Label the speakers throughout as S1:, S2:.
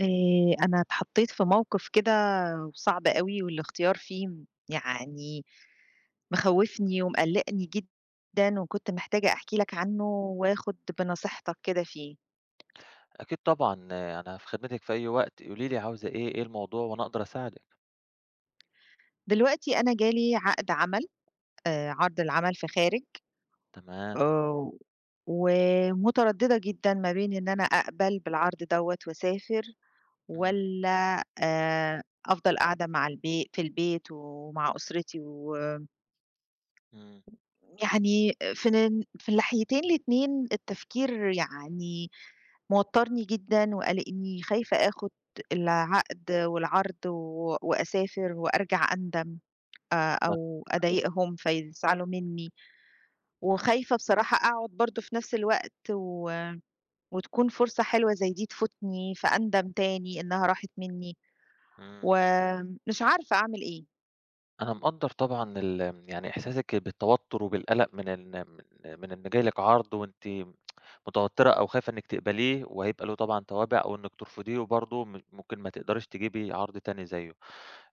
S1: أنا اتحطّيت في موقف كده صعب أوي والاختيار فيه يعني مخوّفني ومقلّقني جدًا، وكنت محتاجة أحكي لك عنه وآخُد بنصيحتك كده فيه.
S2: أكيد طبعًا، آه، أنا في خدمتِك في أي وقت، قولي لي عاوزة إيه، إيه الموضوع وأنا أقدر أساعدِك.
S1: دلوقتي أنا جالي عقد عمل عرض العمل في خارج،
S2: تمام،
S1: آآ ومتردّدة جدًا ما بين إن أنا أقبل بالعرض دوّة وأسافر،
S2: إمم،
S1: والّا أفضل قاعدة مع البي في البيت ومع أسرتي، و
S2: إمم،
S1: يعني في الناحيتين الاتنين التفكير يعني موتّرني جدًا وقلقني، خايفة آخُد العقد والعرض و وأسافر وأرجع أندم، أو أضايقهم فيزعلوا منّي،
S2: إمم،
S1: وخايفة بصراحة أقعُد برضه في نفس الوقت و وتكون فرصة حلوة زي دي تفوتني فأندم تاني إنّها راحت منّي،
S2: إمم.
S1: ومش عارفة أعمل إيه.
S2: أنا مقدّر طبعًا يعني إحساسِك بالتوتُّر وبالقلق من إن جاي لِك عرض وأنتِ متوتِّرة أو خايفة إنِّك تقبليه، وهيبقى له طبعًا توابع أو إنِّك ترفضيه وبرضه ممكن ما تقدريش تجيبي عرض تاني زيّه.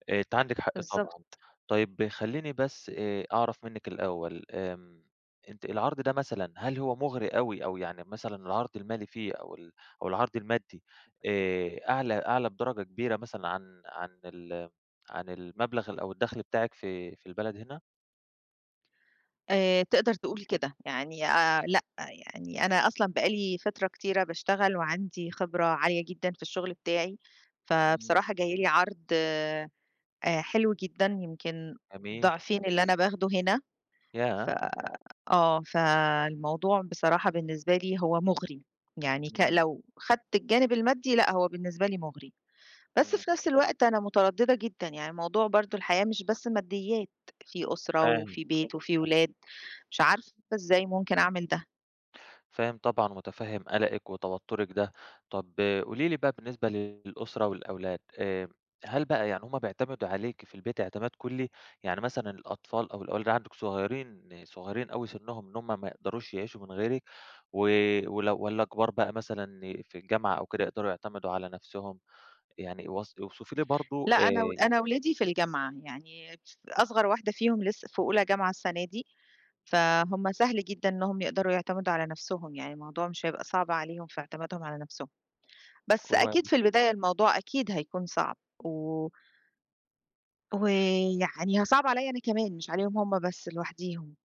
S2: أنتِ عندِك حق
S1: بالضبط.
S2: طبعًا. طيب خلّيني بس أعرف منِّك الأول. أنتِ العرض ده مثلًا هل هو مُغري أوي أو يعني مثلًا العرض المالي فيه أو العرض المادّي أعلى بدرجة كبيرة مثلًا عن المبلغ أو الدخل بتاعِك في في البلد هنا؟
S1: تقدر تقول كده، يعني لأ، يعني أنا أصلًا بقى لي فترة كتيرة باشتغل وعندي خبرة عالية جدًا في الشغل بتاعي،
S2: إمم،
S1: فبصراحة جاي لي عرض حلو جدًا يمكن
S2: جميل،
S1: ضعفين اللي أنا باخده هنا. ف
S2: ياه!
S1: آه، فالموضوع بصراحة بالنسبة لي هو مُغري، يعني
S2: إمم،
S1: لو خدت الجانب المادي، لأ، هو بالنسبة لي مُغري، بس
S2: إمم،
S1: في نفس الوقت أنا مترددة جدًا، يعني موضوع برضه الحياة مش بس ماديات، في أسرة
S2: فاهم.
S1: وفي بيت وفي ولاد. مش عارفة إزاي ممكن أعمل ده.
S2: فاهم طبعًا ومتفهم قلقِك وتوتُّرِك ده. طَب قولي لي بقى بالنسبة للأسرة والأولاد، هل بقى يعني هُم بيعتمدوا عليكِ في البيت اعتماد كلّي؟ يعني مثلًا الأطفال أو الأولاد عندِك صغيرين صغيرين أوي سِنّهم إن هُم ما يقدروش يعيشوا من غيرِك و والّا كبار بقى مثلًا في الجامعة أو كده يقدروا يعتمدوا على نَفْسهم؟ يعني اوصفي لي برضه
S1: لأ، أنا ولادي في الجامعة، يعني أصغر واحدة فيهم لسه في أولى جامعة السنة دي،
S2: إمم،
S1: فهُم سهل جدًا إنّهم يقدروا يعتمدوا على نَفْسهم، يعني الموضوع مش هيبقى صعب عليهم في اعتمادهم على نَفْسهم، بس
S2: كوي
S1: أكيد في البداية الموضوع أكيد هيكون صعب، و ويعني صعب عليّا أنا كمان مش عليهم هُم بس لوحديهم.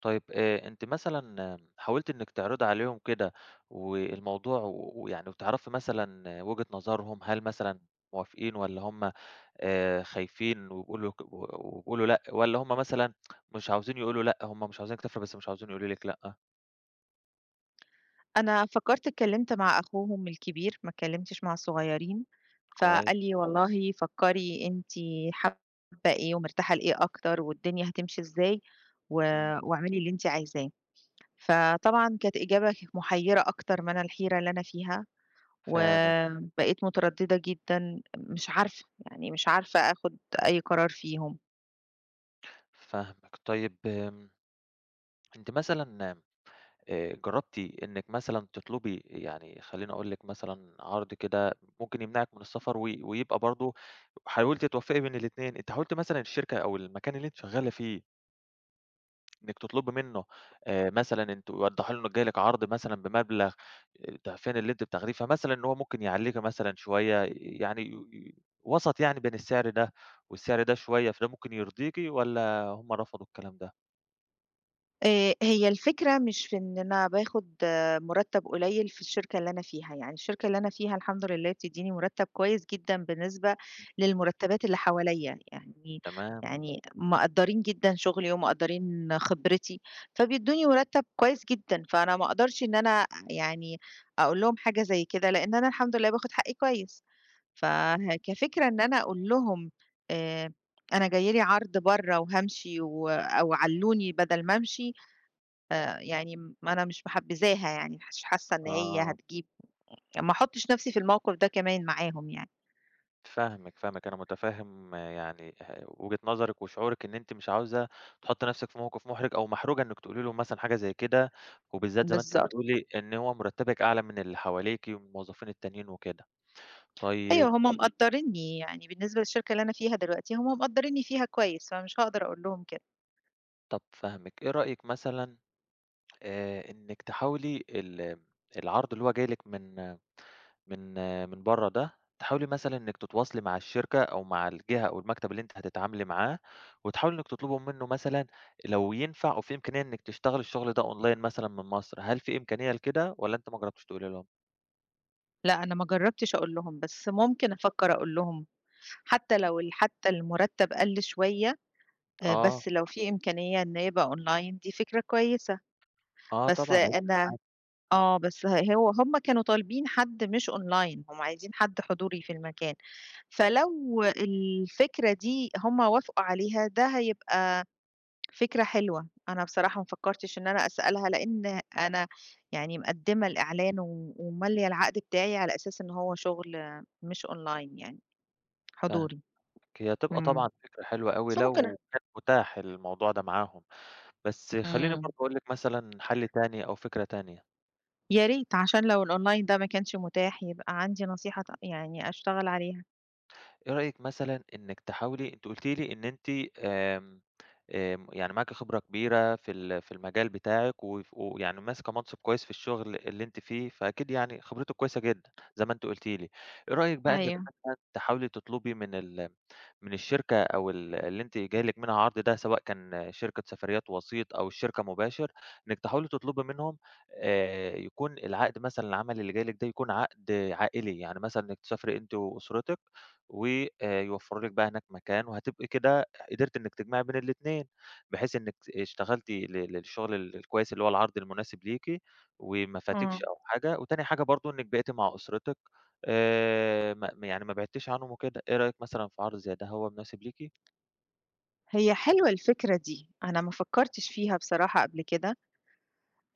S2: طيب. أنتِ مثلًا حاولتِ إنِّك تعرضي عليهم كده والموضوع ويعني وتعرفي مثلًا وجهة نظرهم، هل مثلًا موافقين والّا هم خايفين وبيقولوا ك و وبيقولوا لأ، والّا هم مثلًا مش عاوزين يقولوا لأ، هم مش عاوزينِك تفرحي بس مش عاوزين يقولوا لِك لأ؟
S1: أنا فكّرت اتكلّمت مع أخوهم الكبير، ما اتكلّمتش مع الصغيّرين،
S2: كويس،
S1: فقال لي: "والله فكّري أنتِ حابّة إيه ومرتاحة لإيه أكتر والدنيا هتمشي إزاي، و
S2: إمم،
S1: واعملي اللي أنتِ عايزاه." فطبعًا كانت إجابة محيّرة أكتر من الحيرة اللي أنا فيها،
S2: فعلًا،
S1: وبقيت متردّدة جدًا مش عارفة، يعني مش عارفة آخُد أي قرار فيهم.
S2: فاهمِك. طيب أنتِ مثلًا جرّبتِ إنِّك مثلًا تطلبي يعني خلّيني أقول لِك مثلًا عرض كده ممكن يمنعِك من السفر و ويبقى برضه حاولتِ توفّقي بين الاتنين. أنتِ حاولتِ مثلًا الشركة أو المكان اللي أنتِ شغّالة فيه إنِّك تطلبي منه مثلًا أنتم وضّحوا له إنه جاي لِك عرض مثلًا بمبلغ ضعفين اللي أنتِ بتاخديه، فمثلًا إن هو ممكن يعلّيكِ مثلًا شوية يعني ي ي وسط يعني بين السعر ده والسعر ده شوية، فده ممكن يرضيكِ والّا هم رفضوا الكلام ده؟
S1: هي الفكرة مش في إن أنا باخد مُرتّب قليل في الشركة اللي أنا فيها، يعني الشركة اللي أنا فيها الحمد لله بتدّيني مُرتّب كويس جدًا بالنسبة للمُرتّبات اللي حواليّا، يعني
S2: تمام،
S1: يعني مقدّرين جدًا شُغلي ومقدّرين خبرتي، فبيدّوني مُرتّب كويس جدًا، فأنا ما أقدرش إن أنا يعني أقول لهم حاجة زي كده، لإن أنا الحمد لله باخد حقّي كويس. فه كفكرة إن أنا أقول لهم آآ أنا جاي لي عرض برّه وهامشي، أو علّوني بدل ما أمشي، يعني ما أنا مش محبذاها يعني، مش حاسة إن هي
S2: آه.
S1: هتجيب، يعني ما أحطش نفسي في الموقف ده كمان معاهم يعني.
S2: فاهمِك، فاهمِك. أنا متفهم آه، يعني وجهة نظرِك وشعورِك إن أنتِ مش عاوزة تحطّي نفسِك في موقف محرج أو محرجة إنِّك تقولي له مثلًا حاجة زي كده، وبالذات زي ما أنتِ
S1: بالضبط.
S2: بتقولي إن هو مرتبِّك أعلى من اللي حواليكِ ومن الموظفين التانيين وكده.
S1: أيوه،
S2: طيب،
S1: هم مقدّرينّي، يعني بالنسبة للشركة اللي أنا فيها دلوقتي، هم مقدّرينّي فيها كويس، فمش هاقدر أقول لهم كده.
S2: طَب فاهمِك. إيه رأيِك مثلًا إنِّك تحاولي العرض اللي هو جاي لِك من من برّه ده، تحاولي مثلًا إنِّك تتواصلي مع الشركة أو مع الجهة أو المكتب اللي أنتِ هتتعاملي معاه، وتحاولي إنِّك تطلبوا منه مثلًا لو ينفع أو في إمكانية إنِّك تشتغلي الشغل ده أونلاين مثلًا من مصر، هل في إمكانية لكده والّا أنتِ ما جرّبتيش تقولي لهم؟
S1: لأ، أنا ما جرّبتش أقول لهم، بس ممكن أفكّر أقول لهم، حتى لو ال حتى المرتّب قَل شوية،
S2: آه،
S1: بس لو في إمكانية إنه يبقى online دي فكرة كويسة،
S2: آه
S1: بس
S2: طبعًا هيفرق
S1: أنا
S2: معاكِ.
S1: آه، بس ه هو هم كانوا طالبين حد مش online، هم عايزين حد حضوري في المكان، فلو الفكرة دي هم وافقوا عليها ده هيبقى فكرة حلوة، أنا بصراحة ما فكّرتش إن أنا أسألها لإن أنا يعني مقدّمة الإعلان و ومالية العقد بتاعي على أساس إن هو شغل مش online، يعني
S2: فاهمِك.
S1: حضوري.
S2: هي هتبقى طبعًا
S1: إمم.
S2: فكرة حلوة أوي
S1: بس ممكن.
S2: لو كان متاح الموضوع ده معاهم، بس خلّيني
S1: إمم.
S2: برضه أقول لِك مثلًا حَل تاني أو فكرة تانية.
S1: يا ريت عشان لو الonline ده ما كانش متاح يبقى عندي نصيحة يعني أشتغل عليها.
S2: إيه رأيِك مثلًا إنِّك تحاولي؟ أنتِ قُلتِ لي إن أنتِ آمم، آمم، يعني معاكِ خبرة كبيرة في المجال بتاعِك ويعني ماسكة منصب كويس في الشغل اللي أنتِ فيه، فأكيد يعني خبرتِك كويسة جدًا زي ما أنتِ قُلتِ لي. إيه رأيِك بقى إنِّك
S1: أيوه،
S2: مثلًا تحاولي تطلبي من الشركة أو ال اللي أنتِ جاي لِك منها عرض ده، سواء كان شركة سفريات وسيط أو الشركة مباشر، إنِّك تحاولي تطلبي منهم يكون العقد مثلًا العمل اللي جاي لِك ده يكون عقد عائلي، يعني مثلًا إنِّك تسافري أنتِ وأسرتِك وآآ يوفّروا لِك بقى هناك مكان، وهتبقي كده قدرتِ إنِّك تجمعي بين الاتنين، بحيث إنِّك اشتغلتِ للشغل الكويس اللي هو العرض المناسب ليكِ، وما فاتكش
S1: آه.
S2: أو حاجة، وتاني حاجة برضه إنِّك بقيتِ مع أسرتِك، يعني ما بعدتيش عنهم وكده. إيه رأيِك مثلًا في عرض زي ده هو مناسب ليكِ؟
S1: هي حلوة الفكرة دي، أنا ما فكّرتش فيها بصراحة قبل كده،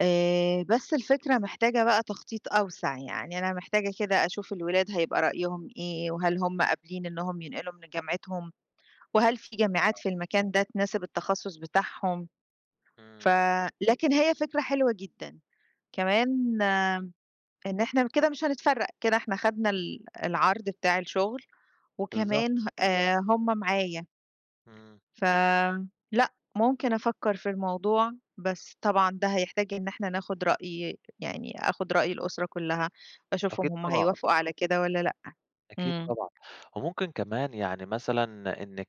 S1: بس الفكرة محتاجة بقى تخطيط أوسع، يعني أنا محتاجة كده أشوف الولاد هيبقى رأيهم إيه، وهل هم قابلين إنهم ينقلوا من جامعتهم، وهل في جامعات في المكان ده تناسب التخصُّص بتاعهم، ف
S2: إمم،
S1: لكن هي فكرة حلوة جدًا، كمان آه، إن إحنا كده مش هنتفرّق، كده إحنا خدنا العرض بتاع الشغل،
S2: بالضبط،
S1: وكمان ه هم معايا.
S2: إمم،
S1: ف لأ، ممكن أفكّر في الموضوع، بس طبعًا ده هيحتاج إن إحنا ناخُد رأي، يعني آخُد رأي الأسرة كُلّها،
S2: أكيد
S1: أشوفهم هم
S2: طبعًا.
S1: هيوافقوا على كده والّا لأ.
S2: أكيد
S1: إمم.
S2: طبعًا. وممكن كمان يعني مثلًا إنِّك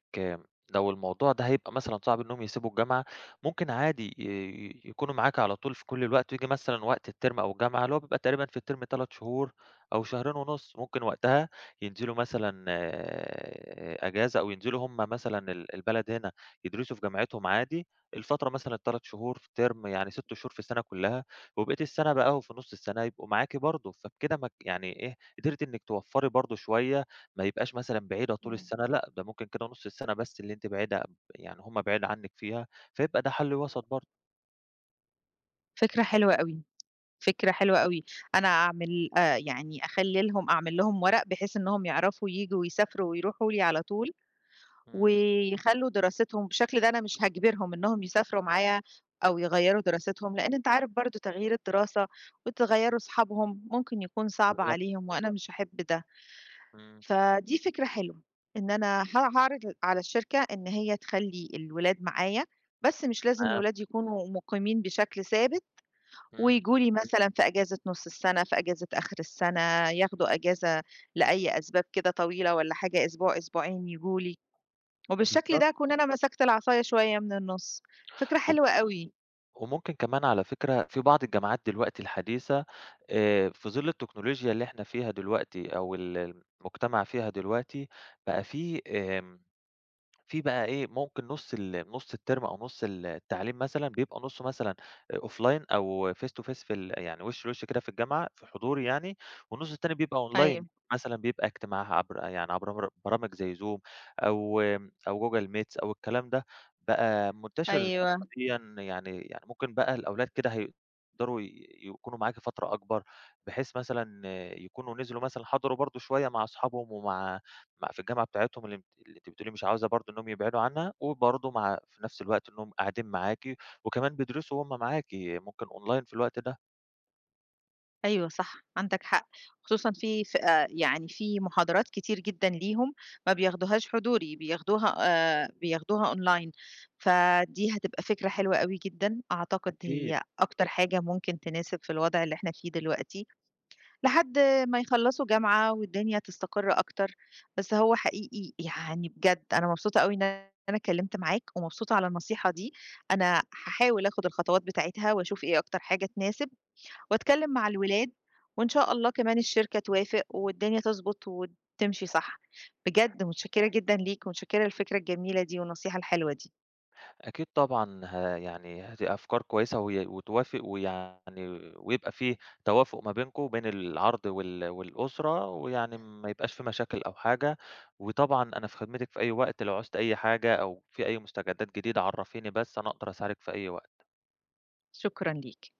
S2: لو الموضوع ده هيبقى مثلًا صعب إنّهم يسيبوا الجامعة، ممكن عادي يكونوا معاك على طول في كل الوقت، وييجي مثلًا وقت الترم أو الجامعة اللي هو بيبقى تقريبًا في الترم 3 شهور أو شهرين ونُص، ممكن وقتها ينزلوا مثلًا آه، أجازة أو ينزلوا هم مثلًا البلد هنا يدرسوا في جامعتهم عادي. الفترة مثلًا ال3 شهور في الترم يعني 6 شهور في السنة كلّها، وبقية السنة بقى وفي نُص السنة يبقوا معاكِ برضه، فبكده ما ك يعني إيه قدرتِ إنِّك توفّري برضه شوية، ما يبقاش مثلًا بعيدة طول
S1: إمم.
S2: السنة، لأ، ده ممكن كده نُص السنة بس اللي أنتِ بعيدة، يعني هم بعيد عنِّك فيها، فيبقى ده حل وسط برضه.
S1: فكرة حلوة أوي، فكرة حلوة أوي. أنا أعمل يعني أخلّي لهم أعمل لهم ورق بحيث إنّهم يعرفوا ييجوا ويسافروا ويروحوا لي على طول،
S2: إمم،
S1: ويخلّوا دراستهم بالشكل ده، أنا مش هاجبرهم إنّهم يسافروا معايا أو يغيّروا دراستهم، لإن أنت عارف برضه تغيير الدراسة وتغيّروا صحابهم ممكن يكون صعب
S2: بالضبط،
S1: عليهم وأنا مش هاحب ده.
S2: إمم،
S1: فدي فكرة حلوة، إن أنا هاعرض على الشركة إن هي تخلّي الولاد معايا، بس مش لازم
S2: تمام،
S1: الولاد يكونوا مُقيمين بشكل ثابت،
S2: إمم،
S1: وييجوا لي مثلًا في أجازة نُص السنة، في أجازة آخر السنة، ياخدوا أجازة لأي أسباب كده طويلة والّا حاجة أسبوع، أسبوعين ييجوا لي. وبالشكل
S2: بالضبط.
S1: ده أكون أنا مسكت العصاية شوية من النُص، فكرة
S2: وم
S1: حلوة أوي.
S2: وممكن كمان على فكرة في بعض الجامعات دلوقتي الحديثة، في ظل التكنولوجيا اللي إحنا فيها دلوقتي أو ال المجتمع فيها دلوقتي، بقى في في بقى إيه، ممكن نُص الترم أو نُص التعليم مثلًا، بيبقى نُصّه مثلًا offline أو face to face في ال يعني وِش لوِش كده في الجامعة، في حضوري يعني، والنُص التاني بيبقى online
S1: أيوه،
S2: مثلًا، بيبقى اجتماع عبر يعني عبر برامج زي Zoom أو أو Google Meets أو الكلام ده، بقى منتشر الفترة
S1: أيوه،
S2: ديًّا، يعني ممكن بقى الأولاد كده هيقدروا يكونوا معاكِ فترة أكبر، بحيث مثلًا يكونوا نزلوا مثلًا حضروا برضه شوية مع أصحابهم ومع في الجامعة بتاعتهم اللي أنتِ بتقولي مش عاوزة برضه إنّهم يبعدوا عنها، وبرضه مع في نفس الوقت إنّهم قاعدين معاكِ، وكمان بيدرسوا وهُم معاكِ، ممكن أونلاين في الوقت ده.
S1: أيوه صح، عندك حق. خصوصًا في فئة يعني في محاضرات كتير جدًا ليهم ما بياخدوهاش حضوري، بياخدوها online، فدي هتبقى فكرة حلوة أوي جدًا، أعتقد
S2: أكيد.
S1: هي أكتر حاجة ممكن تناسب في الوضع اللي إحنا فيه دلوقتي. لحد ما يخلّصوا جامعة والدنيا تستقر أكتر، بس هو حقيقي يعني بجد أنا مبسوطة أوي إن أنا اتكلّمت معاك، ومبسوطة على النصيحة دي، أنا هاحاول آخُد الخطوات بتاعتها وأشوف إيه أكتر حاجة تناسب، وأتكلّم مع الولاد، وإن شاء الله كمان الشركة توافق والدنيا تضبط وتمشي صح. بجد متشكّرة جدًا ليك ومتشكّرة للفكرة الجميلة دي والنصيحة الحلوة دي.
S2: أكيد طبعًا يعني هتبقى أفكار كويسة وي وتوافق ويعني ويبقى في توافق ما بينكم وبين العرض وال والأسرة، ويعني ما يبقاش في مشاكل أو حاجة، وطبعًا أنا في خدمتِك في أي وقت، لو عُزتِ أي حاجة أو في أي مستجدات جديدة عرّفيني بس، أنا أقدر أساعدِك في أي وقت.
S1: شكرًا ليك.